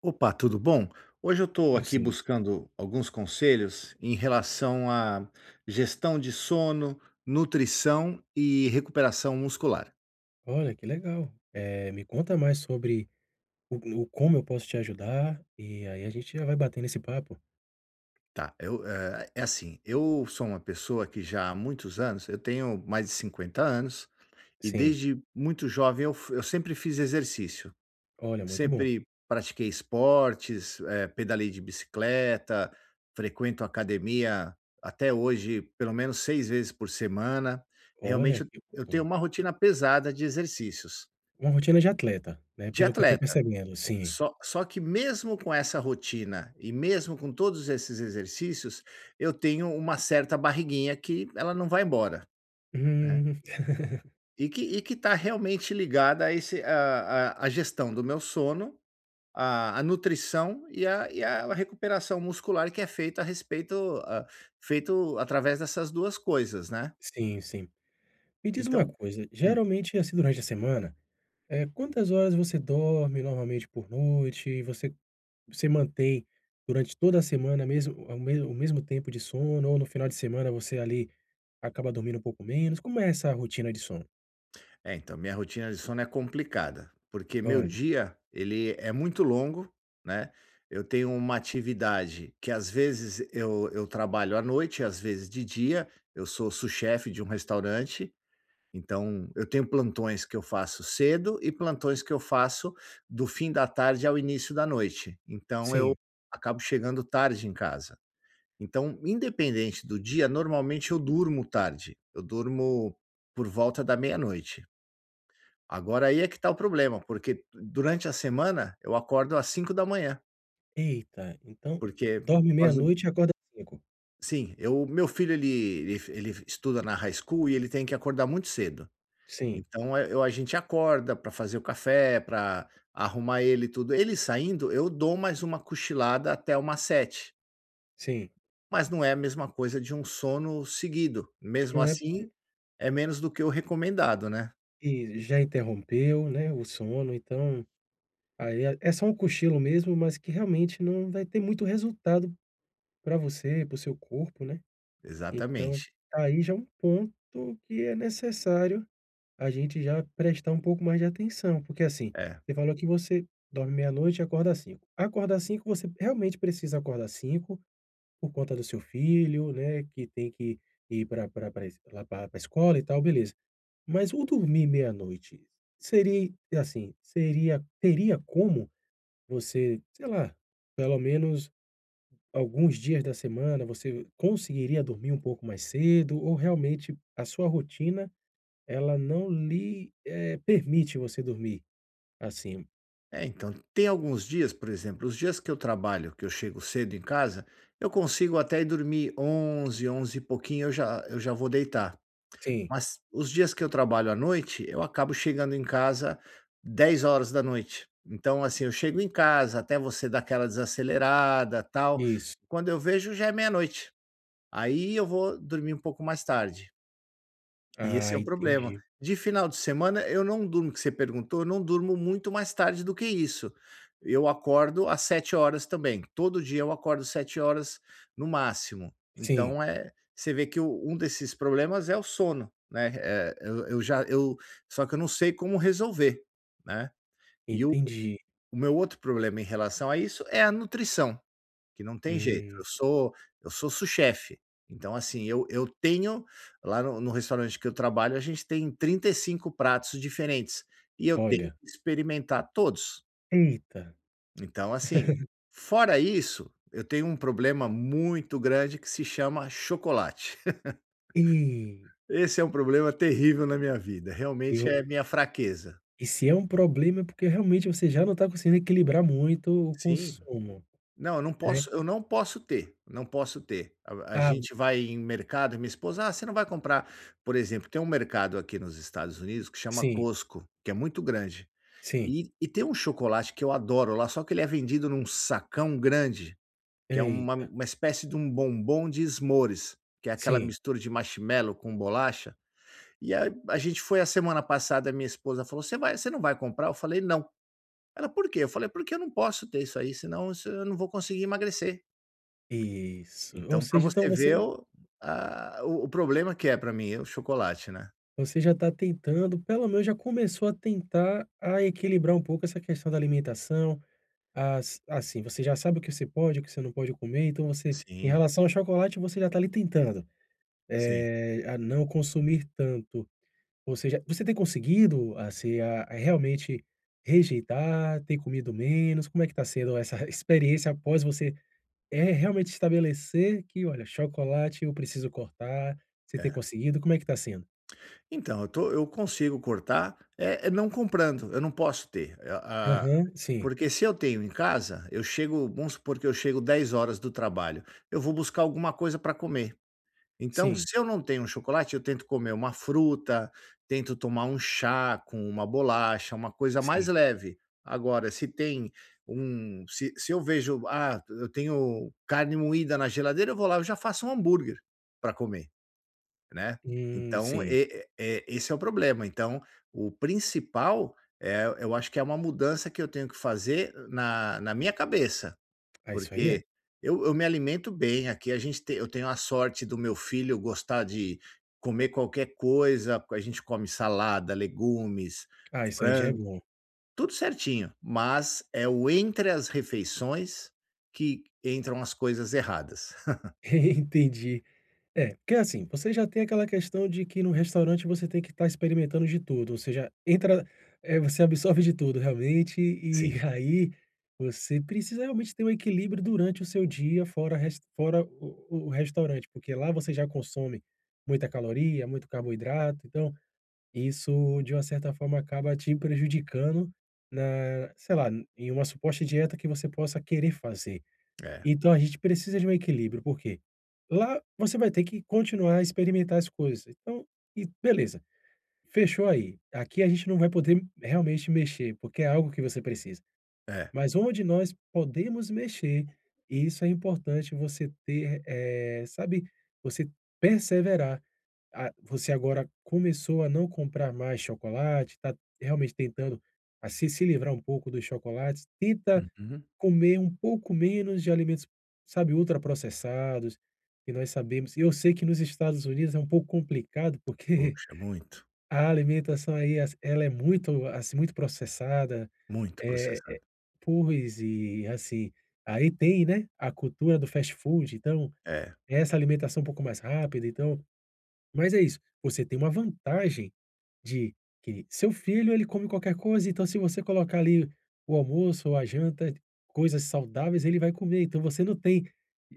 Opa, tudo bom? Hoje eu estou Tudo. aqui Sim. buscando alguns conselhos em relação à gestão de sono, nutrição e recuperação muscular. Olha, que legal. Me conta mais sobre o como eu posso te ajudar, e aí a gente já vai batendo esse papo. É assim, eu sou uma pessoa que já há muitos anos, eu tenho mais de 50 anos, e Sim. desde muito jovem eu sempre fiz exercício. Olha, muito bom. Sempre pratiquei esportes, pedalei de bicicleta, frequento academia até hoje pelo menos 6 vezes por semana. Olha, Realmente eu que eu bom. tenho uma rotina pesada de exercícios, Uma rotina de atleta, né, de pelo que eu tô atleta. percebendo, sim. Só que mesmo com essa rotina e mesmo com todos esses exercícios, eu tenho uma certa barriguinha que ela não vai embora, né. Hum. E que está realmente ligada a esse a gestão do meu sono, a nutrição e a recuperação muscular que é feita a respeito a feito através dessas duas coisas, né. Sim, sim. Me diz uma Então coisa, hum. geralmente, assim, durante a semana, quantas horas você dorme normalmente por noite? Você mantém durante toda a semana mesmo o me o mesmo tempo de sono ou no final de semana você ali acaba dormindo um pouco menos? Como é essa rotina de sono? É, então, minha rotina de sono é complicada, porque meu Olha, dia, ele é muito longo, né? Eu tenho uma atividade que às vezes eu trabalho à noite, às vezes de dia. Eu sou sous-chefe de um restaurante, então eu tenho plantões que eu faço cedo e plantões que eu faço do fim da tarde ao início da noite. Então eu sim. acabo chegando tarde em casa. Então, independente do dia, normalmente eu durmo tarde. Eu durmo por volta da meia-noite. Agora aí é que tá o problema, porque durante a semana eu acordo às 5 da manhã, Eita, então porque por dorme causa meia-noite e acorda às 5. sim, eu, meu filho ele estuda na high school e ele tem que acordar muito cedo. Sim, Então é- eu A gente acorda para fazer o café, para arrumar ele e tudo. Ele saindo, eu dou mais uma cochilada até umas sete, sim. mas não é a mesma coisa de um sono seguido. Mesmo Não é assim, é menos do que o recomendado, né. porque já interrompeu, né, o sono, então aí é só um cochilo mesmo, mas que realmente não vai ter muito resultado para você, para o seu corpo, né. Então, Exatamente. aí já é um ponto que é necessário. A gente já prestar um pouco mais de atenção, porque assim, É, você falou que você dorme meia-noite e acorda às 5h. Acordar às 5 você realmente precisa acordar às 5 por conta do seu filho, né, que tem que ir para pra pra es lá escola e tal, beleza. Mas o dormir meia-noite seria assim, seria teria como você, sei lá, pelo menos alguns dias da semana, você conseguiria dormir um pouco mais cedo ou realmente a sua rotina ela não lhe, permite você dormir assim. É, então, tem alguns dias, por exemplo, os dias que eu trabalho, que eu chego cedo em casa, eu consigo até ir dormir 11, 11 e pouquinho, eu já vou deitar. Sim, Mas os dias que eu trabalho à noite, eu acabo chegando em casa 10 horas da noite. Então, assim, eu chego em casa, até você dar aquela desacelerada, tal. isso. Quando eu vejo, já é meia-noite. Aí eu vou dormir um pouco mais tarde. E esse Ah, é o problema. entendi. De final de semana, eu não durmo, que você perguntou, eu não durmo muito mais tarde do que isso. Eu acordo às 7 horas também, todo dia eu acordo 7 horas no máximo. Sim, Então, é. Você vê que o um desses problemas é o sono, né, eh, eu já eu só que eu não sei como resolver, né. E entendi. o meu outro problema em relação a isso é a nutrição. Que não tem jeito, Hum, eu sou sous-chefe, então assim, eu tenho lá no restaurante que eu trabalho, a gente tem 35 pratos diferentes, e eu tenho olha, que experimentar todos. eita, Então assim, fora isso, eu tenho um problema muito grande que se chama chocolate. e Esse é um problema terrível na minha vida, e vo realmente é minha fraqueza. Se é um problema, é porque realmente você já não está conseguindo equilibrar muito o Sim. consumo, Não, eu não né. posso eu não posso ter, não posso ter. A Ah, gente vai em mercado e minha esposa: "Ah, você não vai comprar?" Por exemplo, tem um mercado aqui nos Estados Unidos que chama sim, Costco, que é muito grande. sim. E tem um chocolate que eu adoro lá, só que ele é vendido num sacão grande, que é Eita, uma espécie de um bombom de esmores, que é aquela sim, mistura de marshmallow com bolacha. E a gente foi a semana passada, minha esposa falou: "Você vai, você não vai comprar?" Eu falei: "Não". Ela: "Por quê?" Eu falei: "Porque eu não posso ter isso aí, senão isso eu não vou conseguir emagrecer". isso. Ou Então, para seja, então você ver o a o o problema que é para mim é o chocolate, né. você já está tentando, pelo menos já começou a tentar a equilibrar um pouco essa questão da alimentação. As Assim, você já sabe o que você pode, o que você não pode comer, então você em Sim, relação ao chocolate, você já está ali tentando, sim, a não consumir tanto. Ou seja, você tem conseguido, assim, a realmente rejeitar, ter comido menos? Como é que está sendo essa experiência após você, é realmente estabelecer que: "Olha, chocolate eu preciso cortar." Você ter é. conseguido? Como é que está sendo? Então, eu consigo cortar, é é não comprando, eu não posso ter, a Aham. Sim, porque se eu tenho em casa, eu chego, vamos supor que eu chego 10 horas do trabalho, eu vou buscar alguma coisa para comer. Então, sim, se eu não tenho um chocolate, eu tento comer uma fruta, tento tomar um chá com uma bolacha, uma coisa mais sim. leve. Agora, se tem se eu vejo: "Ah, eu tenho carne moída na geladeira", eu vou lá, e já faço um hambúrguer para comer, né. Então, Sim. E esse é o problema. Então, o principal, é, eu acho que é uma mudança que eu tenho que fazer na na minha cabeça. Ah, isso aí é Porque eu me alimento bem, aqui a gente tem eu tenho a sorte do meu filho gostar de comer qualquer coisa, a gente come salada, legumes, ah, isso aí já é frango, bom. tudo certinho, mas é o entre as refeições que entram as coisas erradas. Entendi. É, porque assim, você já tem aquela questão de que no restaurante você tem que estar experimentando de tudo, ou seja, entra, você absorve de tudo realmente, e Sim, aí você precisa realmente ter um equilíbrio durante o seu dia fora o restaurante, porque lá você já consome muita caloria, muito carboidrato, então isso de uma certa forma acaba te prejudicando na, sei lá, em uma suposta dieta que você possa querer fazer. é. Então a gente precisa de um equilíbrio, porque lá você vai ter que continuar a experimentar as coisas. Então, e beleza, fechou aí. Aqui a gente não vai poder realmente mexer, porque é algo que você precisa. É. Mas onde nós podemos mexer, e isso é importante você ter, sabe, você perseverar. Ah, você agora começou a não comprar mais chocolate, está realmente tentando a se livrar um pouco dos chocolates. Tenta Uhum. comer um pouco menos de alimentos, sabe, ultraprocessados, que nós sabemos e eu sei que nos Estados Unidos é um pouco complicado, porque Puxa, muito, a alimentação aí as ela é muito, assim, muito processada, muito eh processado. eh pois, e assim, aí tem, né, a cultura do fast food, então, É, essa alimentação um pouco mais rápida, então mas é isso, você tem uma vantagem de que seu filho, ele come qualquer coisa, então se você colocar ali o almoço ou a janta, coisas saudáveis, ele vai comer. Então você não tem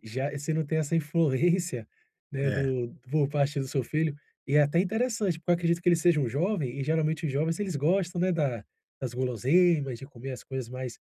já você não tem essa influência, né, é, do por parte do seu filho. E é até interessante, porque eu acredito que ele seja um jovem, e geralmente os jovens eles gostam, né, da das guloseimas, de comer as coisas mais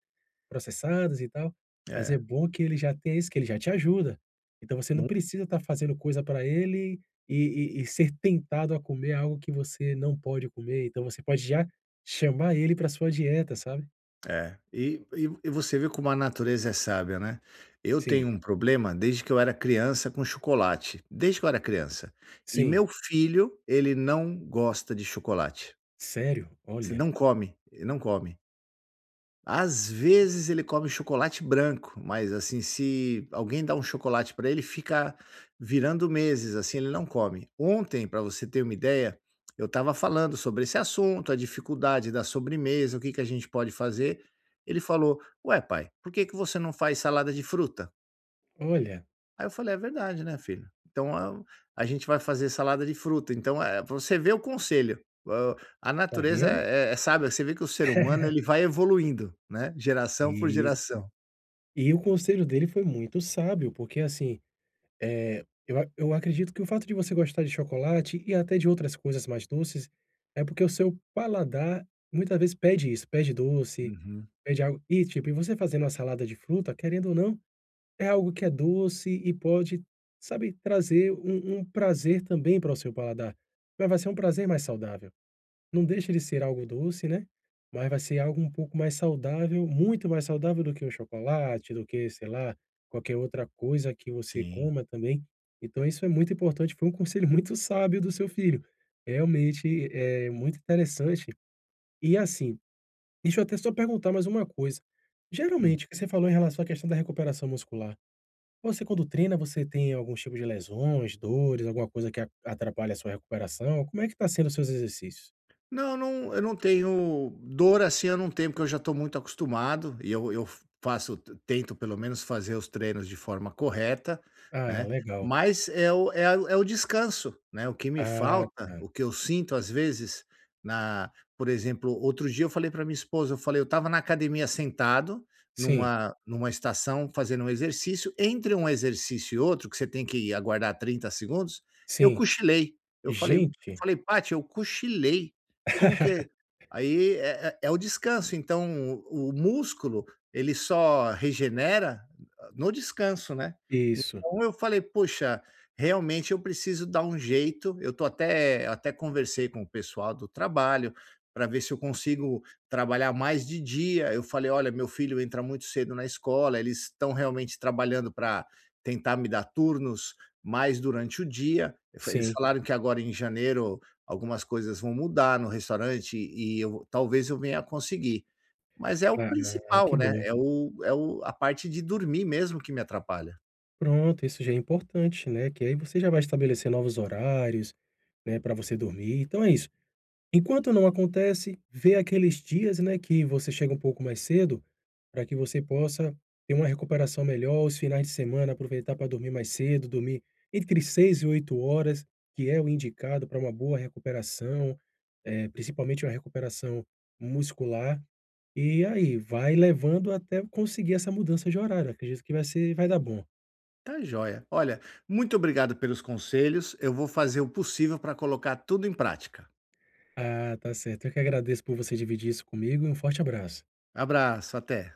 processadas e tal, mas é. é bom que ele já tem isso, que ele já te ajuda. Então você não precisa estar fazendo coisa para ele e ser tentado a comer algo que você não pode comer, então você pode já chamar ele para sua dieta, sabe. É, e você vê como a natureza é sábia, né. Eu Sim, tenho um problema desde que eu era criança com chocolate, desde que eu era criança. E sim. meu filho, ele não gosta de chocolate. Sério? Você Olha, não come, ele não come. Às vezes ele come chocolate branco, mas, assim, se alguém dá um chocolate para ele, fica virando meses, assim, ele não come. Ontem, para você ter uma ideia, eu estava falando sobre esse assunto, a dificuldade da sobremesa, o que que a gente pode fazer. Ele falou: "Ué, pai, por que que você não faz salada de fruta?" olha, Aí eu falei: "É verdade, né, filho? Então a gente vai fazer salada de fruta". Então, pra você vê o conselho, hã, a tá natureza vendo? é sábia, você vê que o ser humano ele vai evoluindo, né, geração por Isso. geração. E o conselho dele foi muito sábio, porque assim eu acredito que o fato de você gostar de chocolate e até de outras coisas mais doces, é porque o seu paladar muitas vezes pede isso, pede doce, Uhum, pede algo e tipo, e você fazendo uma salada de fruta, querendo ou não, é algo que é doce e pode, sabe, trazer um prazer também para o seu paladar, mas vai ser um prazer mais saudável. Não deixa de ser algo doce, né, mas vai ser algo um pouco mais saudável, muito mais saudável do que o chocolate, do que, sei lá, qualquer outra coisa que você sim. coma também. Então isso é muito importante, foi um conselho muito sábio do seu filho. Realmente é muito interessante. E assim, deixa eu até só perguntar mais uma coisa. Geralmente, o que você falou em relação à questão da recuperação muscular, você quando treina, você tem algum tipo de lesões, dores, alguma coisa que a atrapalha a sua recuperação? Como é que tá sendo os seus exercícios? Não, não, eu não tenho dor assim, eu não tenho, porque eu já estou muito acostumado e eu faço, tento pelo menos fazer os treinos de forma correta, Ah, né? legal. Mas é o descanso, né? O que me Ah, falta, tá. o que eu sinto às vezes, na, por exemplo, outro dia eu falei para minha esposa, eu falei, eu estava na academia sentado Sim, numa estação fazendo um exercício, entre um exercício e outro, que você tem que aguardar 30 segundos, eu sim. cochilei. Eu falei, Gente, falei, Paty, eu cochilei, como que é? Aí é é é o descanso, então o músculo, ele só regenera no descanso, né. isso. Então eu falei: "Poxa, realmente eu preciso dar um jeito", eu tô até até conversei com o pessoal do trabalho, para ver se eu consigo trabalhar mais de dia, eu falei: "Olha, meu filho entra muito cedo na escola, eles estão realmente trabalhando para tentar me dar turnos mais durante o dia", eu fa eles Sim. falaram que agora em janeiro algumas coisas vão mudar no restaurante e eu talvez eu venha a conseguir. Mas é o Ah, que principal, né, bom. é o é o a parte de dormir mesmo que me atrapalha. Pronto, isso já é importante, né, que aí você já vai estabelecer novos horários, né, para você dormir, então é isso. Enquanto não acontece, vê aqueles dias, né, que você chega um pouco mais cedo, para que você possa ter uma recuperação melhor, os finais de semana aproveitar para dormir mais cedo, dormir entre 6 e 8 horas, que é o indicado para uma boa recuperação, principalmente uma recuperação muscular. E aí, vai levando até conseguir essa mudança de horário, acredito que vai dar bom. Tá joia. Olha, muito obrigado pelos conselhos, eu vou fazer o possível para colocar tudo em prática. Ah, tá certo. Eu que agradeço por você dividir isso comigo e um forte abraço. Abraço, até.